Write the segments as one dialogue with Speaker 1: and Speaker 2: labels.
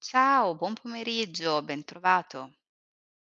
Speaker 1: Ciao, buon pomeriggio, bentrovato.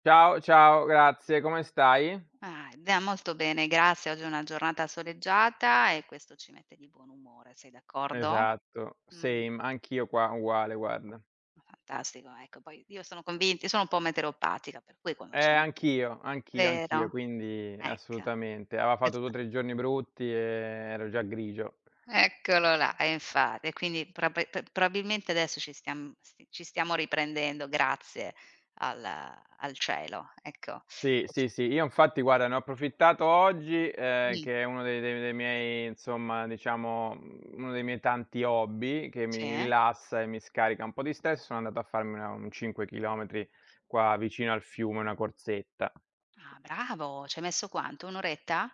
Speaker 2: Ciao, ciao, grazie, come stai?
Speaker 1: Ah, da molto bene, grazie. Oggi è una giornata soleggiata e questo ci mette di buon umore, sei d'accordo?
Speaker 2: Esatto,
Speaker 1: Mh,
Speaker 2: same, anch'io qua, uguale guarda.
Speaker 1: fantastico, ecco. Poi io sono un po' meteoropatica, per cui quando c'è un,
Speaker 2: Anch'io,
Speaker 1: vero?
Speaker 2: quindi
Speaker 1: Ecco,
Speaker 2: assolutamente. Aveva fatto 2 o
Speaker 1: questa
Speaker 2: 3 giorni brutti e ero già grigio.
Speaker 1: eccolo là, e infatti. E quindi probabilmente adesso ci stiamo riprendendo grazie al cielo, ecco.
Speaker 2: Sì, sì, sì, io infatti guarda ne ho approfittato oggi,
Speaker 1: Mh,
Speaker 2: che è uno dei miei insomma diciamo, mhmm, uno dei miei tanti hobby che
Speaker 1: sì?
Speaker 2: mi
Speaker 1: Eh?
Speaker 2: rilassa e mi scarica un po' di stress, sono andato a farmi una un 5 chilometri qua vicino al fiume, una corsetta.
Speaker 1: Ah, bravo, ci hai messo quanto? 1 oretta?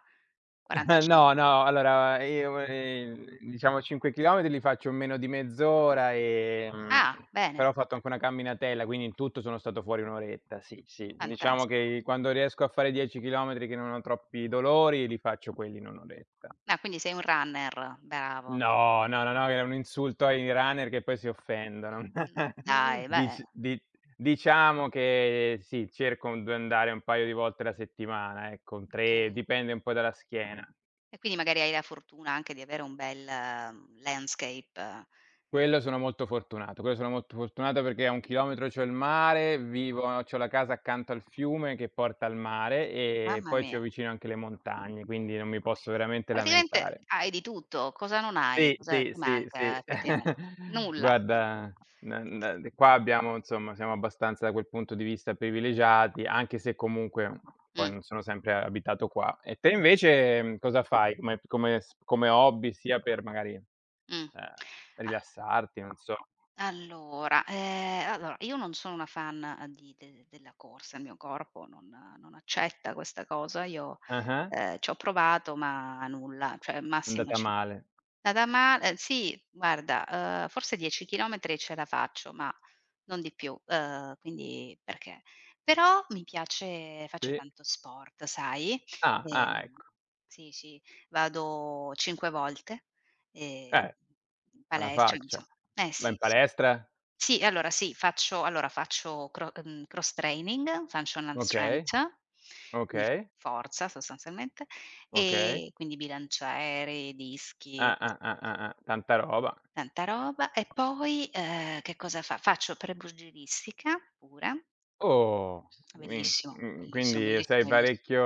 Speaker 1: 45?
Speaker 2: No, no, allora io, diciamo 5 chilometri li faccio in meno di mezz'ora,
Speaker 1: Ah, bene,
Speaker 2: però ho fatto anche una camminatella, quindi in tutto sono stato fuori 1 oretta, sì, sì.
Speaker 1: fantas
Speaker 2: Diciamo che quando riesco a fare 10 chilometri che non ho troppi dolori, li faccio quelli in 1 oretta.
Speaker 1: ah, quindi sei un runner, bravo.
Speaker 2: No, no, no, no, era un insulto ai runner che poi si offendono.
Speaker 1: No, dai, beh,
Speaker 2: Dic di diciamo che sì, cerco d andare un paio di volte la settimana, ecco,
Speaker 1: okay.
Speaker 2: 3, dipende un po' dalla schiena.
Speaker 1: E quindi magari hai la fortuna anche di avere un bel landscape. ehm
Speaker 2: Quello sono molto fortunato, quello sono molto fortunato perché a 1 chilometro c'ho il mare, vivo c'ho la casa accanto al fiume che porta al mare e
Speaker 1: Mamma
Speaker 2: poi ci ho
Speaker 1: mia.
Speaker 2: vicino anche le montagne, quindi non mi posso veramente
Speaker 1: Praticamente
Speaker 2: lamentare.
Speaker 1: hai di tutto, cosa non hai?
Speaker 2: Sì,
Speaker 1: Cosa
Speaker 2: sì,
Speaker 1: ti
Speaker 2: sì,
Speaker 1: manca
Speaker 2: sì.
Speaker 1: effettivame nulla. Mh.
Speaker 2: Guarda, n n qua abbiamo insomma siamo abbastanza da quel punto di vista privilegiati, anche se comunque poi
Speaker 1: Mh,
Speaker 2: non sono sempre abitato qua. E te invece, mhmm, cosa fai come hobby sia per magari,
Speaker 1: mh.
Speaker 2: ehm,
Speaker 1: Al
Speaker 2: rilassarti, non so?
Speaker 1: allora io non sono una fan, di de della corsa, il mio corpo non accetta questa cosa. Io,
Speaker 2: Ah-ah,
Speaker 1: ehm, c'ho provato ma nulla, cioè
Speaker 2: è
Speaker 1: massimo
Speaker 2: andata
Speaker 1: ci
Speaker 2: male.
Speaker 1: nada ma sì, guarda, forse 10 chilometri ce la faccio, ma non di più, quindi perché però mi piace, faccio
Speaker 2: Sì.
Speaker 1: tanto sport, sai,
Speaker 2: Ah, ah,
Speaker 1: ehm
Speaker 2: ecco.
Speaker 1: sì, sì, vado 5 volte, ehm,
Speaker 2: Eh,
Speaker 1: in
Speaker 2: alla
Speaker 1: palestra, inso
Speaker 2: faccia.
Speaker 1: eh
Speaker 2: Vai
Speaker 1: sì,
Speaker 2: in
Speaker 1: sì.
Speaker 2: palestra?
Speaker 1: Sì, allora sì, faccio allora faccio cro mhmm, cross training, functional
Speaker 2: Okay,
Speaker 1: strength, quindi
Speaker 2: okay,
Speaker 1: forza sostanzialmente,
Speaker 2: okay.
Speaker 1: e quindi bilanciere, dischi,
Speaker 2: Ah,
Speaker 1: ques
Speaker 2: ah, ah, ah, ah, tanta roba.
Speaker 1: tanta roba. E poi, che cosa fa faccio pre-pugilistica pure,
Speaker 2: Oh,
Speaker 1: bellissimo, bellissimo,
Speaker 2: quindi
Speaker 1: bellissimo,
Speaker 2: sei
Speaker 1: belliss
Speaker 2: parecchio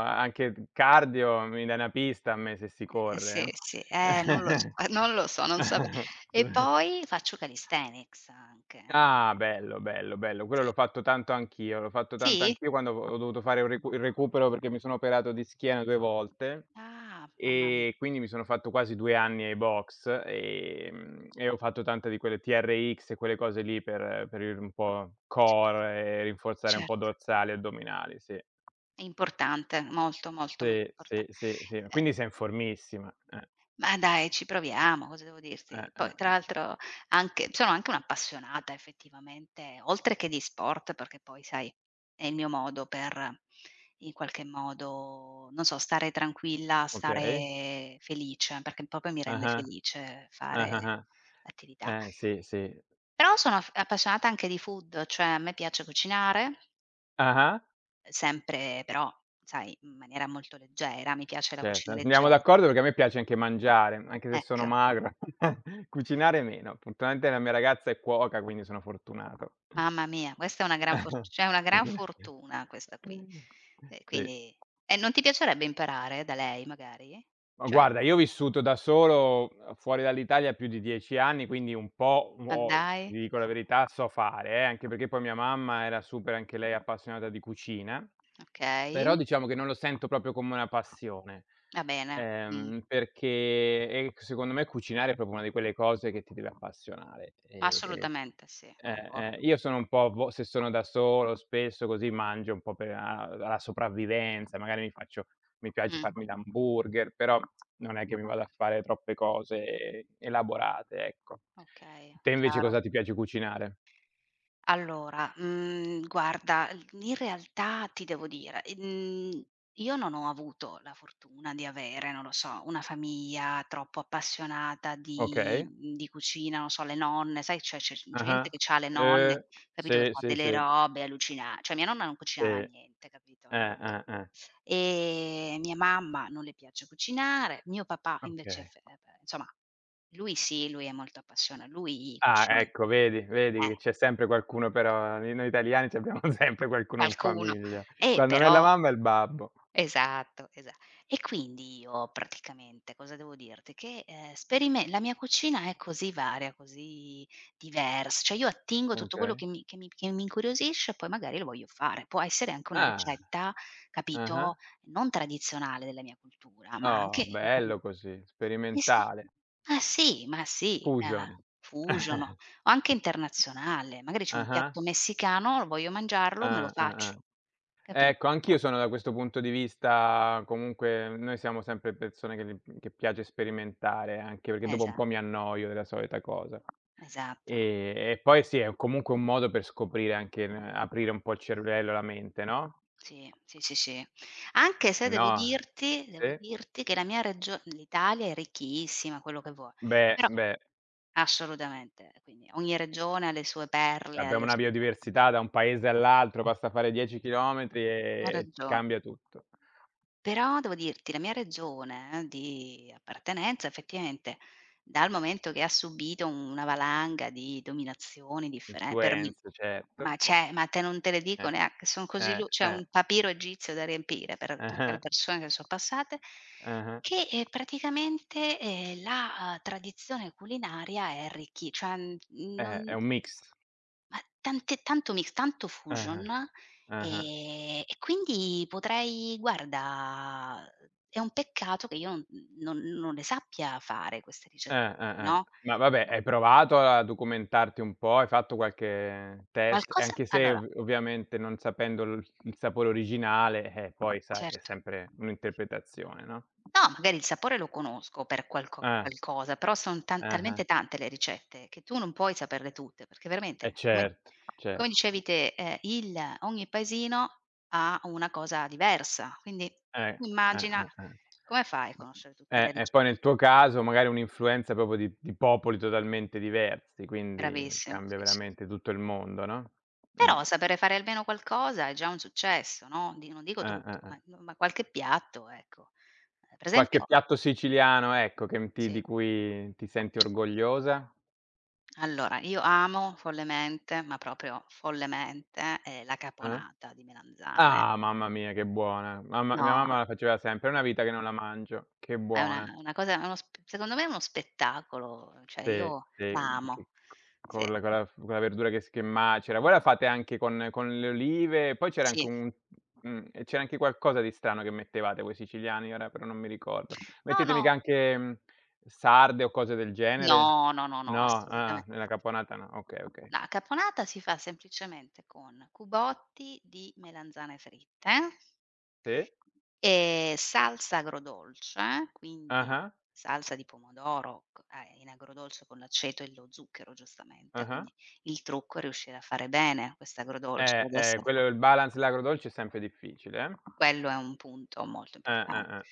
Speaker 2: anche d cardio, mi dai una pista a me se si
Speaker 1: eh sì,
Speaker 2: corre,
Speaker 1: sì, non lo so, non lo so, non sape
Speaker 2: eh?
Speaker 1: e poi faccio calisthenics anche, ecco,
Speaker 2: Ah, bello, bello, bello. Quello
Speaker 1: sì.
Speaker 2: l'ho fatto tanto anch'io, l'ho fatto tanto
Speaker 1: Sì?
Speaker 2: anch'io quando ho dovuto fare un recu il recupero perché mi sono operato di schiena 2 volte,
Speaker 1: Ah, mamma mia,
Speaker 2: e quindi mi sono fatto quasi 2 anni ai box, e ho fatto tante di quelle TRX e quelle cose lì per il un po'
Speaker 1: certo,
Speaker 2: core e rinforzare un po'
Speaker 1: certo.
Speaker 2: dorsali e addominali, sì.
Speaker 1: È importante, molto, molto, molto
Speaker 2: Sì,
Speaker 1: importa
Speaker 2: sì, sì, sì.
Speaker 1: ehm,
Speaker 2: Quindi sei in formissima.
Speaker 1: ma dai ci proviamo, cosa devo dirti. Poi tra
Speaker 2: Eh.
Speaker 1: l'altro anche sono anche un'appassionata effettivamente, oltre che di sport, perché poi sai, è il mio modo per, in qualche modo, non so, stare tranquilla,
Speaker 2: Okay.
Speaker 1: stare felice, perché proprio mi rende
Speaker 2: Ah-ah.
Speaker 1: felice fare
Speaker 2: Ah-ah-ah.
Speaker 1: attività.
Speaker 2: Sì, sì.
Speaker 1: Però sono f appassionata anche di food, cioè a me piace cucinare,
Speaker 2: Ah-ah.
Speaker 1: sempre però, sai, in maniera molto leggera, mi piace la
Speaker 2: Certo,
Speaker 1: cucina legge
Speaker 2: andiamo d'accordo perché a me piace anche mangiare, anche se
Speaker 1: Ecco,
Speaker 2: sono magro. Cucinare meno. Fortunatamente la mia ragazza è cuoca, quindi sono fortunato.
Speaker 1: mamma mia, questa è una gran for cioè una gran fortuna, questa qui. E
Speaker 2: Sì.
Speaker 1: quindi e non ti piacerebbe imparare da lei magari?
Speaker 2: Ma
Speaker 1: Cioè,
Speaker 2: guarda, io ho vissuto da solo, fuori dall'Italia più di 10 anni, quindi un po'
Speaker 1: ma
Speaker 2: ho
Speaker 1: dai,
Speaker 2: ti dico la verità, so fare anche perché poi mia mamma era super anche lei appassionata di cucina. Però
Speaker 1: okay,
Speaker 2: diciamo che non lo sento proprio come una passione,
Speaker 1: va bene,
Speaker 2: perché, secondo me cucinare è proprio una di quelle cose che ti deve appassionare. E
Speaker 1: assolutamente sì, concordo.
Speaker 2: io sono un po' a vo se sono da solo spesso così mangio un po' per a alla sopravvivenza, magari mi faccio mi piace
Speaker 1: Mh,
Speaker 2: farmi l'hamburger, però non è che mi vado a fare troppe cose elaborate, ecco.
Speaker 1: okay,
Speaker 2: Te invece
Speaker 1: chiaro.
Speaker 2: cosa ti piace cucinare?
Speaker 1: Allora, guarda, l in realtà ti devo dire, io non ho avuto la fortuna di avere, non lo so, una famiglia troppo appassionata di
Speaker 2: Okay.
Speaker 1: di cucina, non so, le nonne, sai, c'è gente
Speaker 2: Ah-ah.
Speaker 1: che c'ha le nonne,
Speaker 2: Uhm,
Speaker 1: capito, che
Speaker 2: sì,
Speaker 1: fa
Speaker 2: sì,
Speaker 1: delle
Speaker 2: sì,
Speaker 1: robe allucina cioè mia nonna non
Speaker 2: sì.
Speaker 1: cucinava niente, capito, non
Speaker 2: Eh.
Speaker 1: mia mamma non le piace cucinare, mio papà invece
Speaker 2: Okay.
Speaker 1: fe insomma, lui sì, lui è molto appassiona lui
Speaker 2: Ah,
Speaker 1: cucina.
Speaker 2: ecco vedi, vedi che
Speaker 1: Eh.
Speaker 2: c'è sempre qualcuno però noi italiani c'abbiamo sempre qualcuno in
Speaker 1: Qualcuno.
Speaker 2: famiglia. Quando non è la
Speaker 1: Però,
Speaker 2: mamma è il babbo.
Speaker 1: esatto, esa e quindi io praticamente, cosa devo dirti, che, sperimen la mia cucina è così varia, così divers cioè io attingo tutto quello
Speaker 2: Okay.
Speaker 1: che mi incuriosisce e poi magari lo voglio fare. Può essere anche una
Speaker 2: Ah,
Speaker 1: ricetta,
Speaker 2: ah-ah.
Speaker 1: capito, non tradizionale della mia cultura, ma anche
Speaker 2: Oh,
Speaker 1: interna
Speaker 2: bello così,
Speaker 1: eh sì,
Speaker 2: sperimentale.
Speaker 1: ma sì, ma sì,
Speaker 2: Fusion.
Speaker 1: fusion o anche internazionale. Magari c'è un
Speaker 2: Ah-ah.
Speaker 1: piatto messicano, voglio mangiarlo, me lo
Speaker 2: Ah, ah, ah.
Speaker 1: faccio, capi
Speaker 2: Ecco, anch'io sono da questo punto di vista comunque noi siamo sempre persone che piace sperimentare, anche perché dopo un
Speaker 1: esa
Speaker 2: po' mi annoio della solita cosa.
Speaker 1: esatto.
Speaker 2: E poi sì, è comunque un modo per scoprire anche n aprire un po' il cervello, la mente, no?
Speaker 1: Sì, sì, sì, sì. Anche se devo
Speaker 2: Sennò
Speaker 1: dirti devo
Speaker 2: sì.
Speaker 1: dirti che la mia regio l'Italia è ricchissima, quello che vuoi,
Speaker 2: Beh,
Speaker 1: però
Speaker 2: beh,
Speaker 1: assolutamente, quindi ogni regione ha le sue perle, ha
Speaker 2: abbiamo
Speaker 1: le
Speaker 2: una
Speaker 1: su
Speaker 2: biodiversità da un paese all'altro, basta fare 10 chilometri
Speaker 1: hai
Speaker 2: e
Speaker 1: ragione.
Speaker 2: cambia tutto.
Speaker 1: Però devo dirti, la mia regione di appartenenza effettivamente, dal momento che ha subito una valanga di dominazioni differen per mi
Speaker 2: Influenze, certo.
Speaker 1: ma c'è ma te non te le dico
Speaker 2: Eh,
Speaker 1: neanche, son così lu c'è
Speaker 2: eh.
Speaker 1: un papiro egizio da riempire per tutte le
Speaker 2: Ah-ah,
Speaker 1: persone che son passate,
Speaker 2: ah-ah.
Speaker 1: che, praticamente, la tradizione culinaria è arricchi cioè, mhmm,
Speaker 2: È
Speaker 1: non
Speaker 2: un mix.
Speaker 1: ma tante tanto mix, tanto fusion,
Speaker 2: Ah-ah. Ah-ah.
Speaker 1: e quindi potrei guarda, è un peccato che io n non non le sappia fare queste ricette
Speaker 2: Ah,
Speaker 1: qui,
Speaker 2: ah, ah.
Speaker 1: no,
Speaker 2: Ma vabbè, hai provato a documentarti un po'? Hai fatto qualche test? E
Speaker 1: qualcosa,
Speaker 2: anche se
Speaker 1: allora,
Speaker 2: ov ovviamente non sapendo il sapore originale, poi sai, è
Speaker 1: certo.
Speaker 2: sempre un'interpretazione, no?
Speaker 1: No, magari il sapore lo conosco per qualco
Speaker 2: Ah.
Speaker 1: qualcosa, però son tan
Speaker 2: Ah-ah.
Speaker 1: talmente tante le ricette che tu non puoi saperle tutte, perché
Speaker 2: Eh
Speaker 1: veramente, come
Speaker 2: certo,
Speaker 1: come
Speaker 2: certo.
Speaker 1: dicevi te, il ogni paesino ha una cosa diversa, quindi
Speaker 2: Eh.
Speaker 1: immagina
Speaker 2: Eh.
Speaker 1: come fai a conoscere tutte le
Speaker 2: E
Speaker 1: rice
Speaker 2: poi nel tuo caso magari un'influenza proprio di popoli totalmente diversi, quindi
Speaker 1: bravissimo,
Speaker 2: cambia
Speaker 1: sì, sì.
Speaker 2: veramente tutto il mondo, no? Mh.
Speaker 1: Però sapere fare almeno qualcosa è già un successo, no, di non dico tutto,
Speaker 2: Eh.
Speaker 1: ma no, ma qualche piatto, ecco. Per
Speaker 2: Qualche
Speaker 1: esempio,
Speaker 2: piatto siciliano, ecco, che m ti
Speaker 1: sì,
Speaker 2: di cui ti senti
Speaker 1: cioè,
Speaker 2: orgogliosa?
Speaker 1: allora io amo follemente, ma proprio follemente, la
Speaker 2: Eh?
Speaker 1: caponata di melanzane.
Speaker 2: Ah, mamma mia che buona. Mamma mia
Speaker 1: No,
Speaker 2: mamma la faceva sempre, è una vita che non la mangio. Che
Speaker 1: è una
Speaker 2: buona.
Speaker 1: è una cosa, è uno sp secondo me è uno spettacolo, cioè
Speaker 2: Sì,
Speaker 1: io
Speaker 2: sì, mhmm,
Speaker 1: la
Speaker 2: che
Speaker 1: amo.
Speaker 2: co
Speaker 1: Sì,
Speaker 2: con la verdura che macera. Voi la fate anche con le olive, poi c'era anche
Speaker 1: sì.
Speaker 2: un mhmm, e c'era anche qualcosa di strano che mettevate voi siciliani, ora però non mi ricordo.
Speaker 1: No,
Speaker 2: Mettete
Speaker 1: no,
Speaker 2: mica anche, mhmm, sarde o cose del genere?
Speaker 1: no, no, no, no,
Speaker 2: No,
Speaker 1: assolutame
Speaker 2: ah, nella caponata no. Okay, okay.
Speaker 1: la caponata si fa semplicemente con cubotti di melanzane fritte
Speaker 2: Sì?
Speaker 1: e salsa agrodolce, quindi
Speaker 2: Ah-ah,
Speaker 1: salsa di pomodoro in agrodolce con l'aceto e lo zucchero, giustamente.
Speaker 2: ah-ah.
Speaker 1: Quindi il trucco è riuscire a fare bene questa agrodolce,
Speaker 2: Quello il balance dell'agrodolce è sempre difficile, eh.
Speaker 1: quello è un punto molto importante.
Speaker 2: Eh.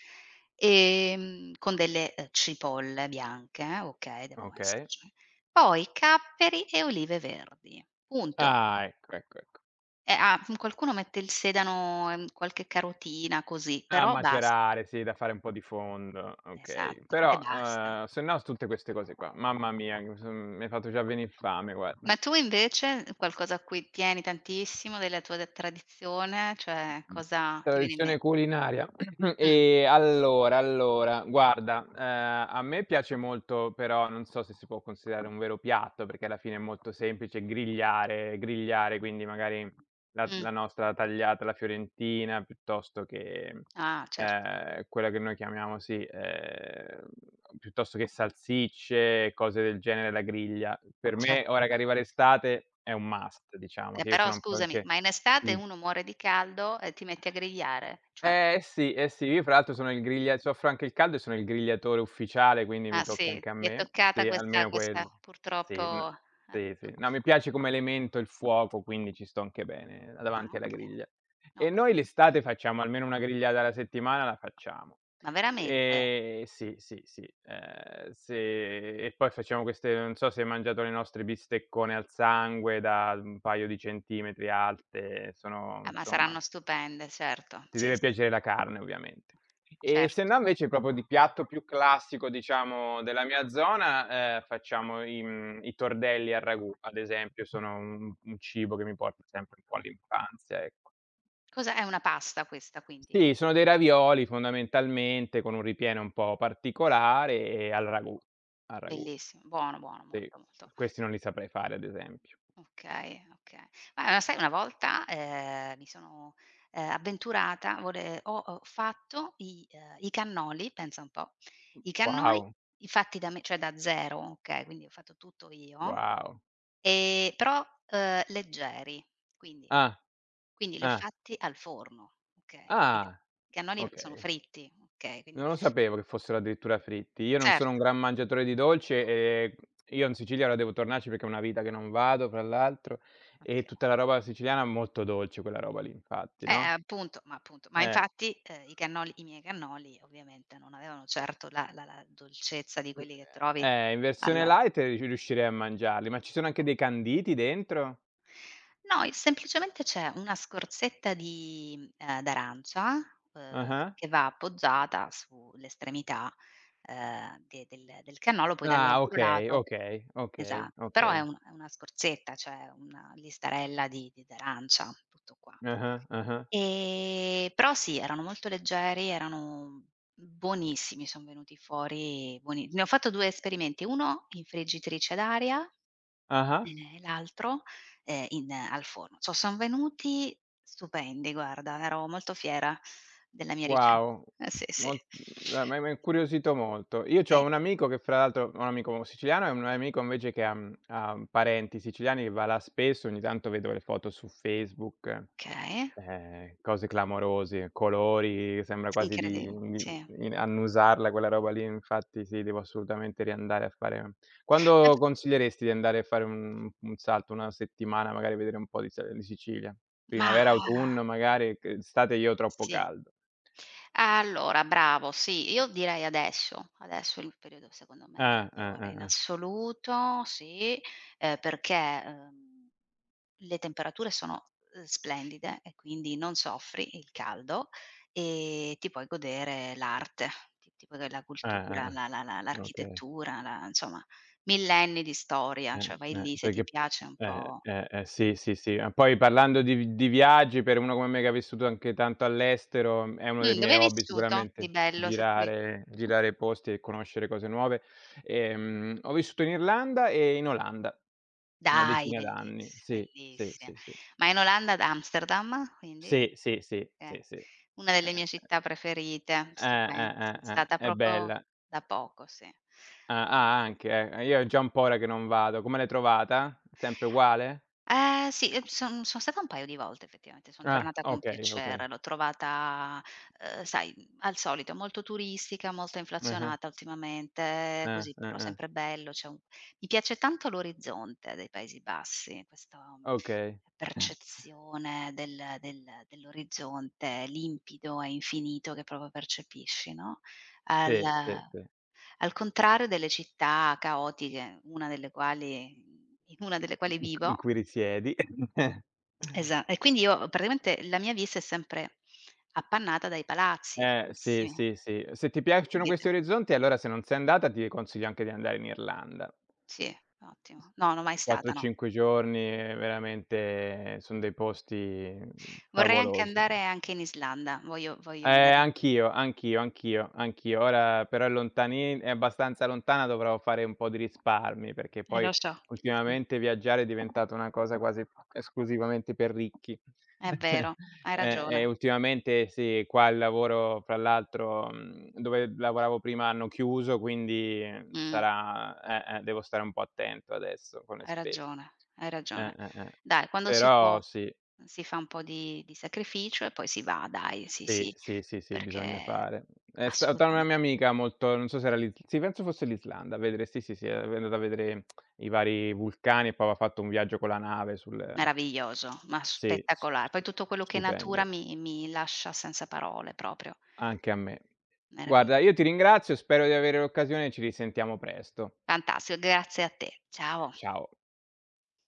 Speaker 1: E, con delle cipolle bianche, ok, devono
Speaker 2: Okay.
Speaker 1: esserci. Poi capperi e olive verdi. Punto.
Speaker 2: Ah, ecco, ecco, ecco.
Speaker 1: Mhmm, qualcuno mette il sedano e, qualche carotina così,
Speaker 2: A
Speaker 1: però bas
Speaker 2: macerare, sì, da fare un po' di fondo, okay.
Speaker 1: esatto, e
Speaker 2: Però,
Speaker 1: basta.
Speaker 2: se no s tutte queste cose qua. Mamma mia, mi hai fatto già venir fame, guarda.
Speaker 1: Ma tu invece, qualcosa a cui tieni tantissimo della tua de tradizione, cioè
Speaker 2: Mh.
Speaker 1: cosa ti viene in me
Speaker 2: Tradizione culinaria.
Speaker 1: mh,
Speaker 2: E allora, allora, guarda, a me piace molto, però non so se si può considerare un vero piatto, perché alla fine è molto semplice grigliare, quindi magari la
Speaker 1: mh,
Speaker 2: la nostra tagliata alla fiorentina, piuttosto che,
Speaker 1: ah certo,
Speaker 2: quella che noi chiamiamo sì, piuttosto che salsicce, cose del genere alla griglia. Per
Speaker 1: cer
Speaker 2: me, ora che arriva l'estate, è un must, diciamo, che io
Speaker 1: però
Speaker 2: sono un po'
Speaker 1: scusami,
Speaker 2: anche
Speaker 1: ma in estate
Speaker 2: il
Speaker 1: uno muore di caldo e ti metti a grigliare? Cioè,
Speaker 2: sì, eh sì, io fra l'altro sono il griglia soffro anche il caldo e sono il grigliatore ufficiale, quindi mi
Speaker 1: ah
Speaker 2: tocca
Speaker 1: sì,
Speaker 2: anche a
Speaker 1: ti è
Speaker 2: me.
Speaker 1: toccata
Speaker 2: Sì,
Speaker 1: questa
Speaker 2: almeno
Speaker 1: questa
Speaker 2: quello.
Speaker 1: purtroppo
Speaker 2: Sì, sì,
Speaker 1: attitu
Speaker 2: sì. No, mi piace come elemento il fuoco, quindi ci sto anche bene
Speaker 1: ah
Speaker 2: davanti alla
Speaker 1: okay,
Speaker 2: griglia. E noi
Speaker 1: ottimo.
Speaker 2: l'estate facciamo almeno una grigliata alla settimana la facciamo.
Speaker 1: Ma veramente?
Speaker 2: Sì, sì, sì, se e poi facciamo queste non so se hai mangiato le nostre bisteccone al sangue da un paio di centimetri alte, sono
Speaker 1: Ah, ma
Speaker 2: insomma
Speaker 1: saranno stupende, certo,
Speaker 2: ti
Speaker 1: sì,
Speaker 2: deve
Speaker 1: sì.
Speaker 2: piacere la carne ovviamente. E se
Speaker 1: Certo.
Speaker 2: no invece proprio di piatto più classico diciamo della mia zona, facciamo i tordelli al ragù, ad esempio, sono un cibo che mi porta sempre un po' all'infanzia, ecco.
Speaker 1: Cos'è? È una pasta questa, quindi?
Speaker 2: Sì, sono dei ravioli fondamentalmente con un ripieno un po' particolare e al ragù, al ragù.
Speaker 1: Bellissimo, buono, buono,
Speaker 2: Sì,
Speaker 1: molto, molto.
Speaker 2: questi non li saprei fare ad esempio.
Speaker 1: Okay, okay. Ma lo sai, una volta, mi sono, avventurata, vole ho fatto i cannoli, pensa un po', i cannoli
Speaker 2: Wow,
Speaker 1: fatti da me, cioè da 0, okay, quindi ho fatto tutto io,
Speaker 2: wow.
Speaker 1: però, leggeri, quindi
Speaker 2: Ah,
Speaker 1: li ho
Speaker 2: ah,
Speaker 1: fatti al forno, okay, perché i
Speaker 2: ah,
Speaker 1: cannoli sono
Speaker 2: okay.
Speaker 1: fritti, okay, quindi
Speaker 2: Non lo sapevo che fossero addirittura fritti. Io non sono un
Speaker 1: certo,
Speaker 2: gran mangiatore di dolce e io in Sicilia ora devo tornarci perché è una vita che non vado, fra l'altro, e
Speaker 1: oka
Speaker 2: tutta la roba siciliana è molto dolce, quella roba lì infatti, no,
Speaker 1: Appunto, ma appunto, ma
Speaker 2: eh,
Speaker 1: infatti, i miei cannoli ovviamente non avevano certo la la la dolcezza di
Speaker 2: uhm,
Speaker 1: quelli che trovi
Speaker 2: in versione
Speaker 1: al
Speaker 2: light ri riuscirei a mangiarli, ma ci sono anche dei canditi dentro?
Speaker 1: no, i semplicemente c'è una scorzetta di d'arancia,
Speaker 2: Ah-ah.
Speaker 1: che va appoggiata sull'estremità, de del del cannolo, poi
Speaker 2: Ah,
Speaker 1: dall'altro
Speaker 2: okay,
Speaker 1: lato,
Speaker 2: okay,
Speaker 1: esa
Speaker 2: okay,
Speaker 1: però è
Speaker 2: okay.
Speaker 1: un è una scorzetta, cioè una listarella di d'arancia, tutto qua.
Speaker 2: Ah-ah, ah-ah.
Speaker 1: Però sì, erano molto leggeri, erano buonissimi, son venuti fuori buoni, ne ho fatto 2 esperimenti, uno in friggitrice d'aria,
Speaker 2: Ah-ah.
Speaker 1: l'altro, in al forno. Son venuti stupendi, guarda, ero molto fiera della mia ricetta.
Speaker 2: Wow,
Speaker 1: Eh sì, sì.
Speaker 2: mol m'hai incuriosito molto. Io c'ho
Speaker 1: Eh,
Speaker 2: un amico che fra l'altro ho un amico siciliano e un amico invece che ha mhmm, ha parenti siciliani che va là spesso, ogni tanto vedo le foto su Facebook,
Speaker 1: okay.
Speaker 2: cose clamorose, colori, sembra quasi di
Speaker 1: Incredib sì.
Speaker 2: di in annusarla quella roba lì, infatti sì, devo assolutamente riandare a fare
Speaker 1: Ma
Speaker 2: quando consiglieresti di andare a fare un salto, 1 settimana, magari vedere un po' di Sicilia?
Speaker 1: ma
Speaker 2: Primavera,
Speaker 1: ah,
Speaker 2: autunno magari, che estate io ho troppo
Speaker 1: sì.
Speaker 2: caldo.
Speaker 1: Allora, bravo, sì, io direi adesso. Adesso è il periodo secondo me
Speaker 2: Ah, ah,
Speaker 1: migliore
Speaker 2: ah,
Speaker 1: in
Speaker 2: ah,
Speaker 1: assoluto, sì, perché, le temperature sono, splendide e quindi non soffri il caldo e ti puoi godere l'arte, ti puoi godere la cultura,
Speaker 2: ah, ah,
Speaker 1: la
Speaker 2: ah. Okay.
Speaker 1: l'architettura, la insomma, millenni di storia,
Speaker 2: Eh,
Speaker 1: cioè vai lì se ti
Speaker 2: perché
Speaker 1: piace un po'.
Speaker 2: sì,
Speaker 1: Mh.
Speaker 2: sì, sì. Ah, poi parlando di viaggi, per uno come me che ha vissuto anche tanto all'estero, mhmm, è uno dei
Speaker 1: Dove
Speaker 2: miei
Speaker 1: hai
Speaker 2: hobby
Speaker 1: vissuto di
Speaker 2: sicuramente
Speaker 1: bello, se puoi.
Speaker 2: girare posti e conoscere cose nuove. Ho vissuto in Irlanda e in Olanda, una
Speaker 1: Dai,
Speaker 2: decina d'anni. Sì, sì,
Speaker 1: bellissima.
Speaker 2: sì, sì.
Speaker 1: Ma in Olanda, ad Amsterdam, quindi?
Speaker 2: Sì, sì, sì,
Speaker 1: Okay.
Speaker 2: sì, sì.
Speaker 1: Una delle mie città preferite, stupen sono stata
Speaker 2: È
Speaker 1: proprio
Speaker 2: bella.
Speaker 1: da poco, sì.
Speaker 2: Ah, ah, anche, eh. Io è già un po' ora che non vado. Come l'hai trovata? Sempre uguale?
Speaker 1: Eh sì, son stata un paio di volte effettivamente, son
Speaker 2: Ah,
Speaker 1: tornata con
Speaker 2: okay, okay.
Speaker 1: piacere. L'ho trovata, sai, al solito molto turistica, molto
Speaker 2: Ah-ah,
Speaker 1: inflazionata ultimamente,
Speaker 2: ah,
Speaker 1: così, però
Speaker 2: ah-ah,
Speaker 1: sempre bello, c'è un mi piace tanto l'orizzonte dei Paesi Bassi, questo
Speaker 2: okay.
Speaker 1: percezione dell'orizzonte limpido e infinito che proprio percepisci, no, al
Speaker 2: Sì, sì, sì.
Speaker 1: al contrario delle città caotiche, una delle quali in una delle quali
Speaker 2: In
Speaker 1: vivo,
Speaker 2: in cui risiedi.
Speaker 1: esa e quindi io praticamente la mia vista è sempre appannata dai palazzi
Speaker 2: Sì,
Speaker 1: altissimi,
Speaker 2: sì, sì. Se ti piacciono
Speaker 1: capito?
Speaker 2: questi orizzonti, allora se non sei andata ti consiglio anche di andare in Irlanda.
Speaker 1: Sì,
Speaker 2: S
Speaker 1: ottimo. No, non mai stata,
Speaker 2: 4,
Speaker 1: no.
Speaker 2: 5 giorni, veramente son dei posti
Speaker 1: Vorrei anche
Speaker 2: favolosi.
Speaker 1: andare, anche in Islanda, voglio andare.
Speaker 2: Anch'io. Ora però è abbastanza lontana, dovrò fare un po' di risparmi, perché
Speaker 1: Eh, lo
Speaker 2: poi
Speaker 1: so, sì,
Speaker 2: ultimamente viaggiare è diventata una cosa quasi esclusivamente per ricchi.
Speaker 1: è vero, hai
Speaker 2: E
Speaker 1: ragione.
Speaker 2: ultimamente sì, qua il lavoro fra l'altro, mhmm, dove lavoravo prima hanno chiuso, quindi
Speaker 1: Mh.
Speaker 2: sarà devo stare un po' attento adesso con le
Speaker 1: Hai
Speaker 2: spese.
Speaker 1: ragione, hai ragione.
Speaker 2: Eh.
Speaker 1: Dai, quando si può
Speaker 2: Però sì.
Speaker 1: si fa un po' di sacrificio e poi si va, dai, sì,
Speaker 2: Sì,
Speaker 1: sì,
Speaker 2: sì, sì, sì, bisogna
Speaker 1: perché
Speaker 2: fare. È stata una
Speaker 1: assolutamen
Speaker 2: mia amica molto non so se era l'Is sì, penso fosse l'Islanda, a vedere sì, sì, sì, è andata a vedere i vari vulcani e poi aveva fatto un viaggio con la nave sul
Speaker 1: meraviglioso, ma
Speaker 2: sì, s
Speaker 1: spettacolare. Poi
Speaker 2: stu
Speaker 1: tutto quello che è natura
Speaker 2: stupendo.
Speaker 1: mi lascia senza parole proprio.
Speaker 2: Anche a me.
Speaker 1: Meravigl
Speaker 2: Guarda, io ti ringrazio, spero di avere l'occasione e ci risentiamo presto.
Speaker 1: Fantastico, grazie a te. Ciao.
Speaker 2: Ciao.